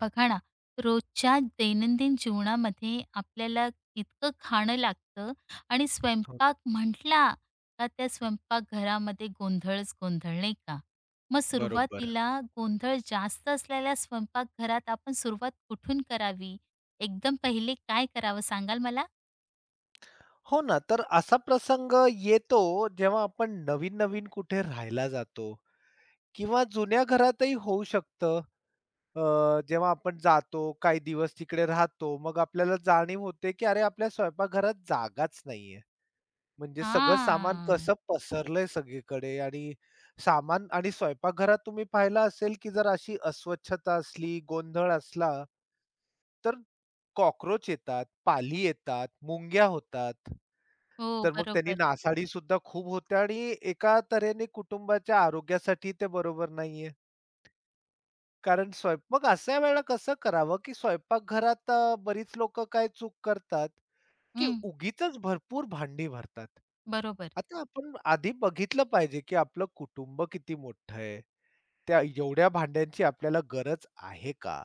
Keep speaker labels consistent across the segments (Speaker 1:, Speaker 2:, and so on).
Speaker 1: बघा ना, रोजच्या दैनंदिन जीवनामध्ये आपल्याला इतकं खाणं लागतं आणि
Speaker 2: हो ना.
Speaker 1: स्वयंपाक म्हटला का त्या स्वयंपाकघरामध्ये गोंधळच गोंधळ, नाही का? मग
Speaker 2: बरोबर.
Speaker 1: सुरुवातीला गोंधळ जास्त असलेल्या स्वयंपाकघरात आपण सुरुवात कुठून करावी? एकदम पहिले काय करावं सांगाल मला?
Speaker 2: हो ना, तर असा प्रसंग येतो जेव्हा आपण नवीन-नवीन कुठे राहायला जातो किंवा जुन्या घरातही होऊ शकतं. अ, जेव्हा आपण जातो, काही दिवस तिकडे राहतो, मग आपल्याला जाणीव होते, की अरे आपल्या स्वयंपाकघरात जागाच नाहीये. म्हणजे सगळं सामान
Speaker 1: हां.
Speaker 2: कसं पसरलंय सगळीकडे आणि सामान आणि स्वयंपाकघरात तुम्ही पाहिलं असेल, की जर अशी अस्वच्छता असली, गोंधळ असला, तर कॉकरोच येतात, पाली येतात, मुंग्या होतात.
Speaker 1: हो,
Speaker 2: तर मग त्यांनी
Speaker 1: बरोबर.
Speaker 2: नासाडी सुद्धा खूप होते आणि एका तऱ्हेने कुटुंबाच्या आरोग्यासाठी ते बरोबर नाहीये. कारण स्वयं मग अशा वेळेला कसं करावं, की स्वयंपाकघरात बरीच लोकं काय चूक करतात, की
Speaker 1: हं,
Speaker 2: उगीचच भरपूर भांडी भरतात.
Speaker 1: बरोबर.
Speaker 2: आता आपण आधी बघितलं पाहिजे, की आपलं कुटुंब किती मोठं आहे. त्या एवढ्या भांड्यांची आपल्याला गरज आहे का?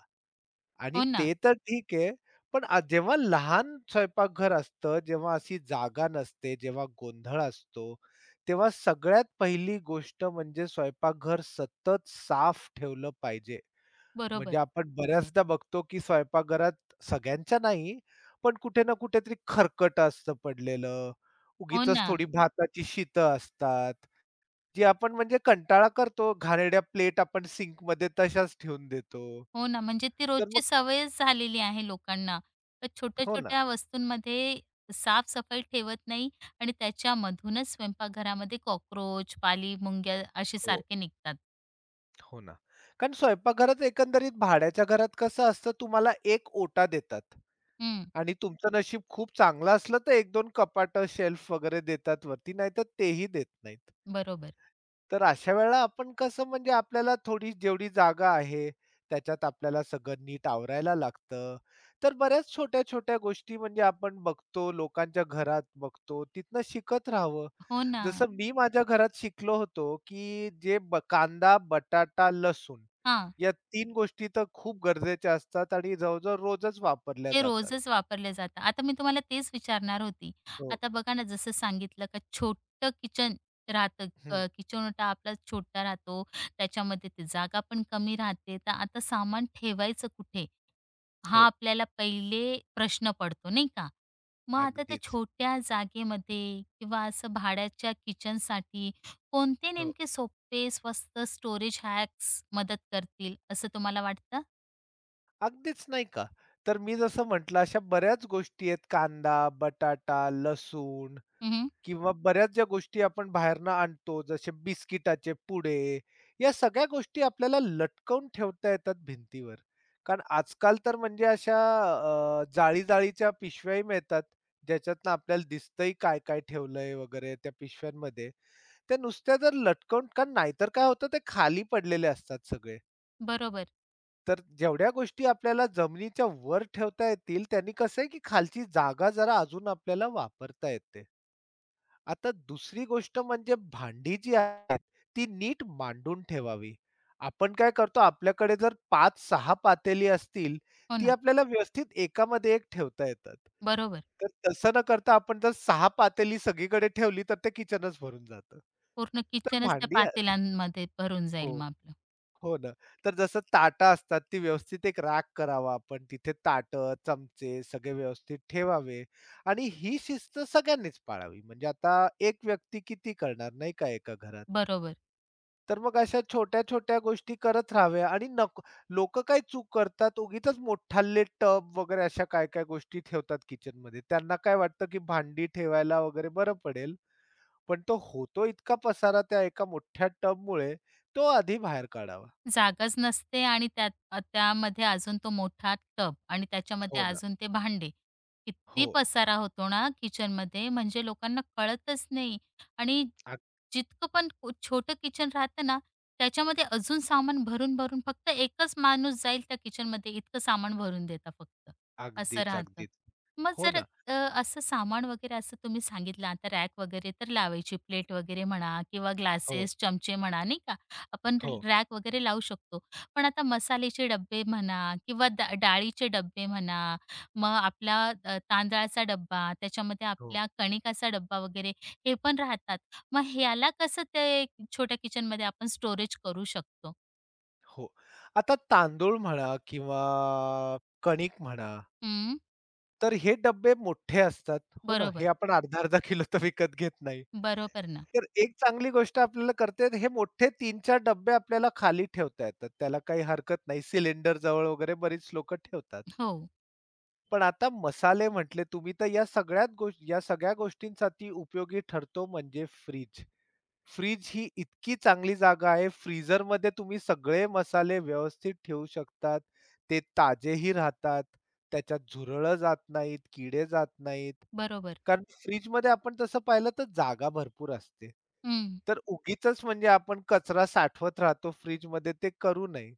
Speaker 2: आणि
Speaker 1: हो ना.
Speaker 2: ते तर ठीक आहे. पण जेव्हा लहान स्वयंपाकघर असतं, जेव्हा अशी जागा नसते, जेव्हा गोंधळ असतो, तेव्हा सगळ्यात पहिली गोष्ट म्हणजे स्वयंपाकघर सतत साफ ठेवलं पाहिजे.
Speaker 1: बरोबर.
Speaker 2: म्हणजे आपण बऱ्याचदा बघतो, की स्वयंपाकघरात सगळ्यांच्या नाही, पण कुठे ना कुठेतरी खरकट असतं पडलेलं.
Speaker 1: हो
Speaker 2: उगीचच
Speaker 1: ना.
Speaker 2: थोडी भाताची शितं असतात, जी आपण म्हणजे कंटाळा करतो. घाणेरड्या प्लेट आपण सिंकमध्ये तशाच ठेवून देतो.
Speaker 1: हो
Speaker 2: तर
Speaker 1: ना, म्हणजे ती
Speaker 2: मग
Speaker 1: रोजची सवयच झालेली आहे लोकांना. तर
Speaker 2: हो ना.
Speaker 1: छोट्या-छोट्या वस्तूंमध्ये साफ-सफाई ठेवत नाही आणि त्याच्यामधूनच स्वयंपाकघरामध्ये कॉकरोच, पाली-मुंग्या असे
Speaker 2: हो.
Speaker 1: सारखे निघतात.
Speaker 2: हो ना. कारण स्वयंपाकघरात एकंदरीत भाड्याच्या घरात कसं असतं तुम्हाला एक ओटा देतात
Speaker 1: हं,
Speaker 2: आणि तुमचं नशीब खूप चांगलं असलं तर एक दोन कपाट शेल्फ वगैरे देतात वरती, नाहीतर तेही देत नाहीत.
Speaker 1: बरोबर.
Speaker 2: तर अशा वेळेला आपण कसं म्हणजे आपल्याला थोडी जेवढी जागा आहे, त्याच्यात आपल्याला सगळं नीट आवरायला लागतं. तर बऱ्याच छोट्या-छोट्या गोष्टी म्हणजे आपण बघतो, लोकांच्या घरात बघतो, तिथनं शिकत राहावं.
Speaker 1: हो ना.
Speaker 2: जसं मी माझ्या घरात शिकलो होतो, की जे ब कांदा, बटाटा, लसूण
Speaker 1: हां,
Speaker 2: या तीन गोष्टी तर खूप गरजेच्या असतात आणि जवळ-जवळ रोजच वापरल्या
Speaker 1: ते
Speaker 2: जातात.
Speaker 1: रोजच वापरले जातात. आता मी तुम्हाला तेच विचारणार होती.
Speaker 2: हो.
Speaker 1: आता बघा ना, जसं सांगितलं का छोटं किचन राहतं,
Speaker 2: हं,
Speaker 1: किचनोटा आपला छोटा राहतो, त्याच्यामध्ये ते जागा पण कमी राहते. तर आता सामान ठेवायचं कुठे? हा
Speaker 2: हो,
Speaker 1: आपल्याला पहिले प्रश्न पडतो नाही का? मग आता त्या
Speaker 2: अगदीच.
Speaker 1: छोट्या जागेमध्ये किंवा असं भाड्याच्या किचनसाठी कोणते
Speaker 2: हो.
Speaker 1: नेमके सोपे, स्वस्त स्टोरेज हॅक्स मदत करतील असं तुम्हाला वाटतं?
Speaker 2: अगदीच नाही का? तर मी जसं म्हटलं, अशा बऱ्याच गोष्टी आहेत कांदा, बटाटा, लसूण
Speaker 1: हं,
Speaker 2: किंवा बऱ्याच ज्या गोष्टी आपण बाहेरनं आणतो, जसे बिस्किटाचे पुडे, या सगळ्या गोष्टी आपल्याला लटकवून ठेवता येतात भिंतीवर. कारण आजकाल तर म्हणजे अशा जाळी-जाळीच्या पिशव्याही मिळतात, ज्याच्यातनं आपल्याला दिसतंही काय-काय ठेवलंय वगैरे त्या पिशव्यांमध्ये. त्या नुसत्या जर लटकवून कारण नाहीतर काय होतं ते खाली पडलेले असतात सगळे.
Speaker 1: बरोबर.
Speaker 2: तर जेवढ्या गोष्टी आपल्याला जमिनीच्या वर ठेवता येतील, त्यांनी कसं आहे की खालची जागा जरा अजून आपल्याला वापरता येते. आता दुसरी गोष्ट म्हणजे भांडी जी आहेत, ती नीट मांडून ठेवावी. आपण काय करतो आपल्याकडे जर 5-6 पातेली असतील,
Speaker 1: हो
Speaker 2: ती
Speaker 1: ना.
Speaker 2: आपल्याला व्यवस्थित एकामध्ये एक ठेवता येतात.
Speaker 1: बरोबर.
Speaker 2: तर तसं न करता आपण जर 6 पातेली सगळीकडे ठेवली, तर ते किचनच भरून जातं.
Speaker 1: पूर्ण
Speaker 2: तर
Speaker 1: किचनच त्या
Speaker 2: भांडी
Speaker 1: पातेल्यांमध्ये भरून जाईल
Speaker 2: हो.
Speaker 1: मग आपलं.
Speaker 2: हो ना. तर जसं ताटं असतात, ती व्यवस्थित एक रॅक करावा आपण. तिथे ताटं, चमचे सगळे व्यवस्थित ठेवावे आणि ही शिस्त सगळ्यांनीच पाळावी. म्हणजे आता एक व्यक्ती किती करणार नाही का एका घरात.
Speaker 1: बरोबर.
Speaker 2: तर मग अशा छोट्या-छोट्या गोष्टी करत राहाव्या आणि नको लोकं काय चूक करतात, उगीचच मोठाले टब वगैरे अशा काय-काय गोष्टी ठेवतात किचनमध्ये. त्यांना काय वाटतं, की भांडी ठेवायला वगैरे बरं पडेल. पण तो होतो इतका पसारा त्या एका मोठ्या टबमुळे, तो आधी बाहेर काढावा.
Speaker 1: जागाच नसते आणि त्यात त्यामध्ये अजून तो मोठा टब आणि त्याच्यामध्ये
Speaker 2: हो ना.
Speaker 1: अजून ते भांडे. किती
Speaker 2: हो.
Speaker 1: पसारा होतो ना किचनमध्ये म्हणजे लोकांना कळतच नाही आणि
Speaker 2: अग
Speaker 1: जितकं पण छोटं किचन राहतं ना, त्याच्यामध्ये अजून सामान भरून-भरून फक्त एकच माणूस जाईल त्या किचनमध्ये इतकं सामान भरून देता फक्त, असं
Speaker 2: अगदीच,
Speaker 1: राहतं.
Speaker 2: अगदीच.
Speaker 1: मग
Speaker 2: हो
Speaker 1: जर
Speaker 2: ना.
Speaker 1: अ, असं सामान वगैरे असं तुम्ही सांगितलं आता रॅक वगैरे तर लावायची प्लेट वगैरे म्हणा किंवा
Speaker 2: हो,
Speaker 1: ग्लासेस, चमचे म्हणा नाही का? आपण
Speaker 2: हो,
Speaker 1: रॅक वगैरे लावू शकतो. पण आता मसाल्याचे डब्बे म्हणा किंवा डाळीचे डब्बे म्हणा, मग आपला तांदळाचा डब्बा, त्याच्यामध्ये
Speaker 2: हो,
Speaker 1: आपल्या कणिकाचा डब्बा वगैरे हे पण राहतात. मग ह्याला कसं ते छोट्या किचनमध्ये आपण स्टोरेज करू शकतो?
Speaker 2: हो. आता तांदूळ म्हणा किंवा कणिक म्हणा,
Speaker 1: हं,
Speaker 2: तर हे डब्बे मोठे असतात. हो ना. हे
Speaker 1: बरोबर.
Speaker 2: आपण अर्धा-अर्धा किलो तर विकत घेत नाही.
Speaker 1: बरोबर ना.
Speaker 2: तर एक चांगली गोष्ट आपल्याला करता येते, हे मोठे तीन 4 डब्बे आपल्याला खाली ठेवता येतात. त्याला काही हरकत नाही. सिलिंडर जवळ वगैरे बरीच लोकं ठेवतात.
Speaker 1: हो,
Speaker 2: पण आता मसाले म्हटले तुम्ही, तर या सगळ्यात गोष्टी या सगळ्या गोष्टींसाठी उपयोगी ठरतो म्हणजे फ्रिज. फ्रीज ही इतकी चांगली जागा आहे. फ्रीझरमध्ये तुम्ही सगळे मसाले व्यवस्थित ठेवू शकतात. ते ताजेही राहतात. त्याच्यात झुरळं जात नाहीत, किडे जात नाहीत.
Speaker 1: बरोबर.
Speaker 2: कारण फ्रिजमध्ये आपण तसं पाहिलं तर जागा भरपूर असते.
Speaker 1: हं.
Speaker 2: तर उगीचच म्हणजे आपण कचरा साठवत राहतो फ्रिजमध्ये ते करू नये.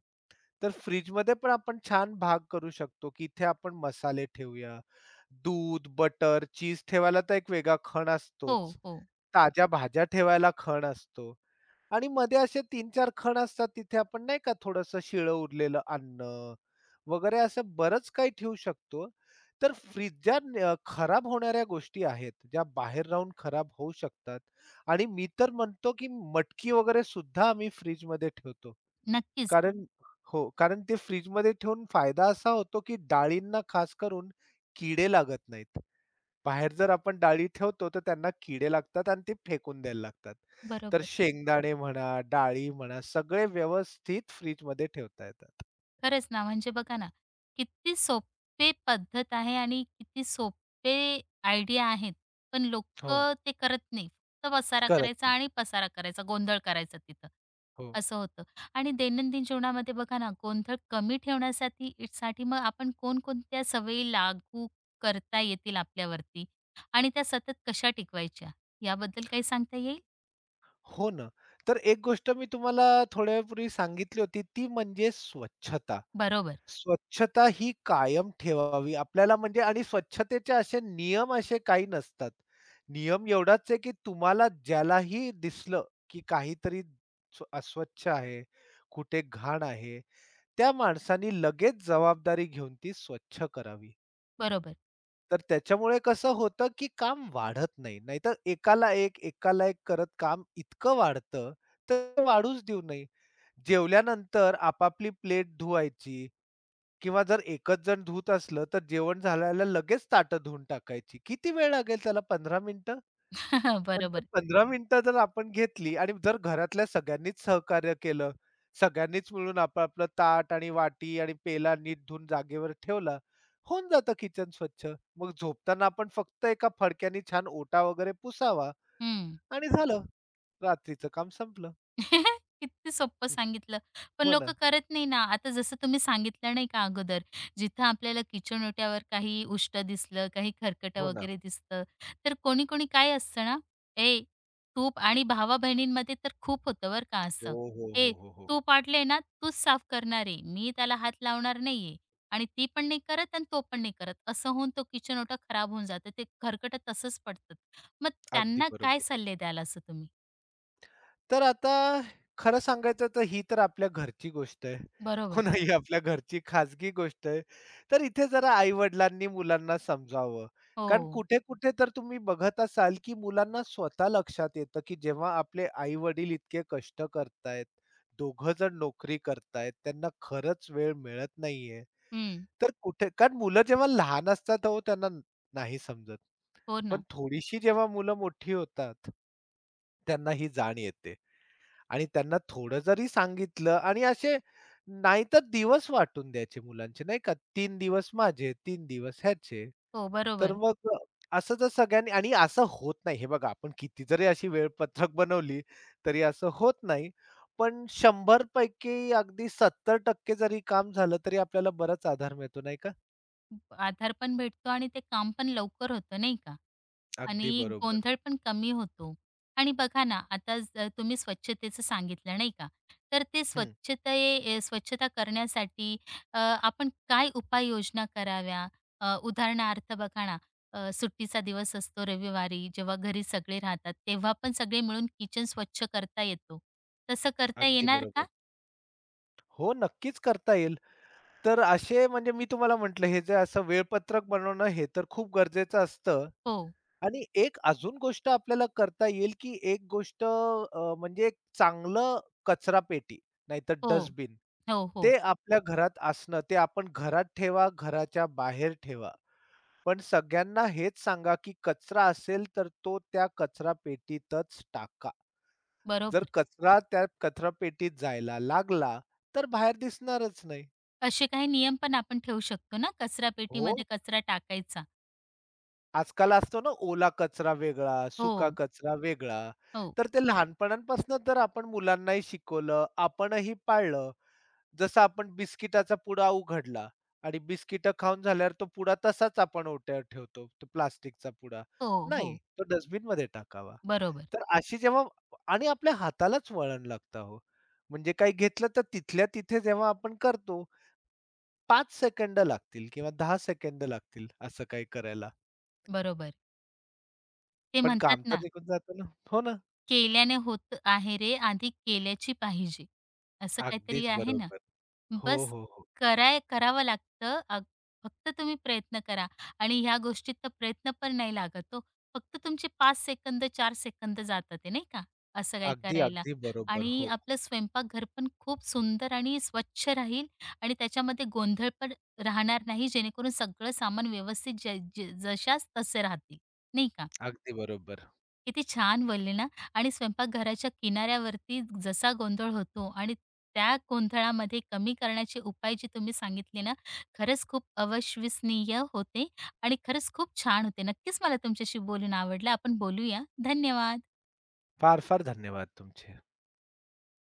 Speaker 2: तर फ्रिजमध्ये पण आपण छान भाग करू शकतो, की इथे आपण मसाले ठेवूया. दूध, बटर, चीज ठेवायला तर एक वेगळा खण
Speaker 1: हो,
Speaker 2: असतोच.
Speaker 1: हो.
Speaker 2: ताज्या भाज्या ठेवायला खण असतो. आणि मध्ये असे तीन-चार खण असतात तिथे आपण नाही का थोडंसं शिळं उरलेलं अन्न वगैरे असं बरंच काही ठेवू शकतो. तर फ्रिज ज्या न खराब होणाऱ्या गोष्टी आहेत, ज्या बाहेर राहून खराब होऊ शकतात आणि मी तर म्हणतो, की मटकी वगैरे सुद्धा आम्ही फ्रिजमध्ये ठेवतो.
Speaker 1: नक्कीच.
Speaker 2: कारण हो, कारण ते फ्रिजमध्ये ठेवून फायदा असा होतो, की डाळींना खास करून किडे लागत नाहीत. बाहेर जर आपण डाळी ठेवतो, तर त्यांना किडे लागतात आणि ते फेकून द्यायला लागतात. तर
Speaker 1: बरोबर.
Speaker 2: शेंगदाणे म्हणा, डाळी म्हणा, सगळे व्यवस्थित फ्रिजमध्ये ठेवता येतात.
Speaker 1: खरंच ना, म्हणजे बघा ना, किती सोपे पद्धत आहे आणि किती सोपे आयडिया आहेत. पण
Speaker 2: हो,
Speaker 1: लोकं ते करत नाही. फक्त पसारा
Speaker 2: करत
Speaker 1: करायचा
Speaker 2: नाही.
Speaker 1: आणि पसारा करायचा, गोंधळ करायचा तिथं,
Speaker 2: हो.
Speaker 1: असं होतं. आणि दैनंदिन जीवनामध्ये बघा ना, गोंधळ कमी ठेवण्यासाठी साठी मग आपण कोणकोणत्या सवयी लागू करता येतील आपल्यावरती आणि त्या सतत कशा टिकवायच्या, याबद्दल काही सांगता येईल?
Speaker 2: हो ना. तर एक गोष्ट मी तुम्हाला थोड्यावेळापूर्वी सांगितली होती, ती म्हणजे स्वच्छता.
Speaker 1: बरोबर,
Speaker 2: स्वच्छता ही कायम ठेवावी. आपल्याला म्हणजे आणि स्वच्छतेचे असे नियम असे काही नसतात. नियम एवढाच आहे, की तुम्हाला ज्यालाही दिसलं, की काहीतरी अस्वच्छ आहे, कुठे घाण आहे, त्या माणसानी लगेच जबाबदारी घेऊन ती स्वच्छ करावी.
Speaker 1: बरोबर.
Speaker 2: तर त्याच्यामुळे कसं होतं, की काम वाढत नाही. नाहीतर एकाला एक, एकाला एक करत काम इतकं वाढतं, तर ते वाढूच देऊ नये. जेवल्यानंतर आपापली प्लेट धुवायची. किंवा जर एकच जण धुत असलं, तर जेवण झाल्याला लगेच ताटं धुवून टाकायची. किती वेळ लागेल त्याला पंधरा मिनिटं? पण ते
Speaker 1: बरोबर.
Speaker 2: 15 मिनिटं जर आपण घेतली आणि जर घरातल्या सगळ्यांनीच सहकार्य केलं, सगळ्यांनीच मिळून आपलं-आपलं ताट आणि वाटी आणि पेला नीट धुवून जागेवर ठेवला, होऊन जातं किचन स्वच्छ. मग झोपताना आपण फक्त एका फडक्यानी छान ओटा वगैरे पुसावा
Speaker 1: हं.
Speaker 2: आणि झालं. रात्रीचं काम संपलं.
Speaker 1: किती सोपं
Speaker 2: हं.
Speaker 1: सांगितलं. पण
Speaker 2: हो
Speaker 1: लोक
Speaker 2: ना,
Speaker 1: करत नाही ना. आता जसं तुम्ही सांगितलं नाही का अगोदर, जिथं आपल्याला किचन ओट्यावर काही उष्ट दिसलं, काही
Speaker 2: हो
Speaker 1: खरकटं
Speaker 2: ना.
Speaker 1: वगैरे दिसतं, तर कोणी-कोणी काय असतं ना, "ए, तूप" आणि भावा-बहिणींमध्ये तर खूप होतं बरं का
Speaker 2: हो,
Speaker 1: असं.
Speaker 2: हो,
Speaker 1: "ए,
Speaker 2: हो, हो, हो.
Speaker 1: तू पाडलंय ना, तूच साफ करणार आहे. मी त्याला हात लावणार नाहीये." आणि ती पण नाही करत आणि तो पण नाही करत. असं होऊन तो किचन ओटा खराब होऊन जातं. ते खरकटं तसंच पडतं. मग
Speaker 2: अगदी
Speaker 1: त्यांना काय
Speaker 2: बरोबर.
Speaker 1: सल्ले द्याल असं तुम्ही?
Speaker 2: तर आता खरं सांगायचं तर ही तर आपल्या घरची गोष्ट आहे. हो
Speaker 1: बरोबर.
Speaker 2: ना, ही आपल्या घरची खाजगी गोष्ट आहे. तर इथे जरा आई-वडिलांनी मुलांना समजावं. कारण
Speaker 1: हो.
Speaker 2: कुठे-कुठे तर तुम्ही बघत असाल, की मुलांना स्वतः लक्षात येतं, की जेव्हा आपले आई-वडील इतके कष्ट करतायत, दोघं जण नोकरी करतायत, त्यांना खरंच वेळ मिळत नाहीये.
Speaker 1: हं,
Speaker 2: तर कुठे कारण मुलं जेव्हा लहान असतात हो, त्यांना नाही समजत.
Speaker 1: हो
Speaker 2: पण
Speaker 1: ना.
Speaker 2: थोडीशी जेव्हा मुलं मोठी होतात, त्यांना ही जाण येते. आणि त्यांना थोडं जरी सांगितलं आणि असे नाहीतर दिवस वाटून द्यायचे मुलांचे नाही का, 3 दिवस माझे, 3 दिवस ह्याचे.
Speaker 1: हो,
Speaker 2: तर
Speaker 1: बरोबर.
Speaker 2: मग असं जर सगळ्यांनी आणि असं होत नाही. हे बघा आपण किती जरी अशी वेळपत्रक बनवली तरी असं होत नाही. पण 100 पैकी अगदी 70% जरी काम झालं तरी आपल्याला बराच आधार मिळतो नाही का?
Speaker 1: आधार पण भेटतो आणि ते काम पण लवकर होतं नाही का?
Speaker 2: अगदी
Speaker 1: आणि
Speaker 2: बरोबर.
Speaker 1: गोंधळ पण कमी होतो. आणि बघा ना, आता तुम्ही स्वच्छतेचं सांगितलं नाही का? तर ते
Speaker 2: हं.
Speaker 1: स्वच्छता करण्यासाठी आपण काय उपाययोजना कराव्या? उदाहरणार्थ बघा ना, सुट्टीचा दिवस असतो रविवारी, जेव्हा घरी सगळे राहतात, तेव्हा पण सगळे मिळून किचन स्वच्छ करता येतो. तसं करता
Speaker 2: अगदी
Speaker 1: येणार का?
Speaker 2: बरोबर. हो, नक्कीच करता येईल. तर असे म्हणजे मी तुम्हाला म्हटलं हे जे असं वेळपत्रक बनवणं हे तर खूप गरजेचं असतं.
Speaker 1: हो,
Speaker 2: आणि एक अजून गोष्ट आपल्याला करता येईल, की एक गोष्ट म्हणजे एक चांगलं कचरापेटी नाहीतर
Speaker 1: हो,
Speaker 2: डस्टबिन
Speaker 1: हो, हो.
Speaker 2: ते आपल्या घरात असणं, ते आपण घरात ठेवा, घराच्या बाहेर ठेवा. पण सगळ्यांना हेच सांगा, की कचरा असेल तर तो त्या कचरापेटीतच टाका. जर
Speaker 1: बरोबर.
Speaker 2: कचरा त्या कचरापेटीत जायला लागला, तर बाहेर दिसणारच नाही.
Speaker 1: असे काही नियम पण आपण ठेवू शकतो ना, कचरा
Speaker 2: हो.
Speaker 1: पेटीमध्ये कचरा टाकायचा.
Speaker 2: आजकाल असतो ना ओला कचरा वेगळा, सुका
Speaker 1: हो,
Speaker 2: कचरा वेगळा.
Speaker 1: हो,
Speaker 2: तर ते लहानपणापासून जर आपण मुलांनाही शिकवलं, आपणही पाळलं, जसं आपण बिस्किटाचा पुडा उघडला आणि बिस्किटं खाऊन झाल्यावर तो पुडा तसाच आपण ओट्यावर ठेवतो, तो प्लास्टिकचा पुडा.
Speaker 1: हो, हो.
Speaker 2: नाही, तो डस्टबिनमध्ये टाकावा.
Speaker 1: बरोबर,
Speaker 2: तर अशी जेव्हा आणि आपल्या हातालाच वळण लागतं हो. म्हणजे काही घेतलं तर तिथल्या तिथे जेव्हा आपण करतो, 5 सेकंद लागतील किंवा 10 सेकंद लागतील असं काही करायला.
Speaker 1: बरोबर. ते
Speaker 2: पण काम
Speaker 1: म्हणतात
Speaker 2: तर
Speaker 1: ना,
Speaker 2: निघून जातं ना. हो ना.
Speaker 1: केल्याने होत आहे रे, आधी केल्याची पाहिजे. असं काहीतरी
Speaker 2: अगदीच
Speaker 1: आहे ना?
Speaker 2: बरोबर. हो,
Speaker 1: बस
Speaker 2: हो, हो.
Speaker 1: कराय करावं लागतं. अग फक्त तुम्ही प्रयत्न करा आणि ह्या गोष्टीत तर प्रयत्न पण नाही लागत हो. फक्त तुमचे 5 सेकंद, 4 सेकंद जातात आहे नाही का, असं काही
Speaker 2: अगदी,
Speaker 1: करायला.
Speaker 2: अगदी बरोबर.
Speaker 1: आणि
Speaker 2: हो,
Speaker 1: आपलं स्वयंपाकघर पण खूप सुंदर आणि स्वच्छ राहील आणि त्याच्यामध्ये गोंधळ पण राहणार नाही, जेणेकरून सगळं सामान व्यवस्थित ज ज जशाच तसे राहतील, नाही का?
Speaker 2: अगदी बरोबर.
Speaker 1: किती छान बोलले ना आणि स्वयंपाकघराच्या किनाऱ्यावरती जसा गोंधळ होतो आणि त्या गोंधळामध्ये कमी करण्याचे उपाय जे तुम्ही सांगितले ना, खरंच खूप अविश्वसनीय होते आणि खरंच खूप छान होते. नक्कीच मला तुमच्याशी बोलून आवडलं. आपण बोलूया. धन्यवाद.
Speaker 2: फार-फार धन्यवाद तुमचे.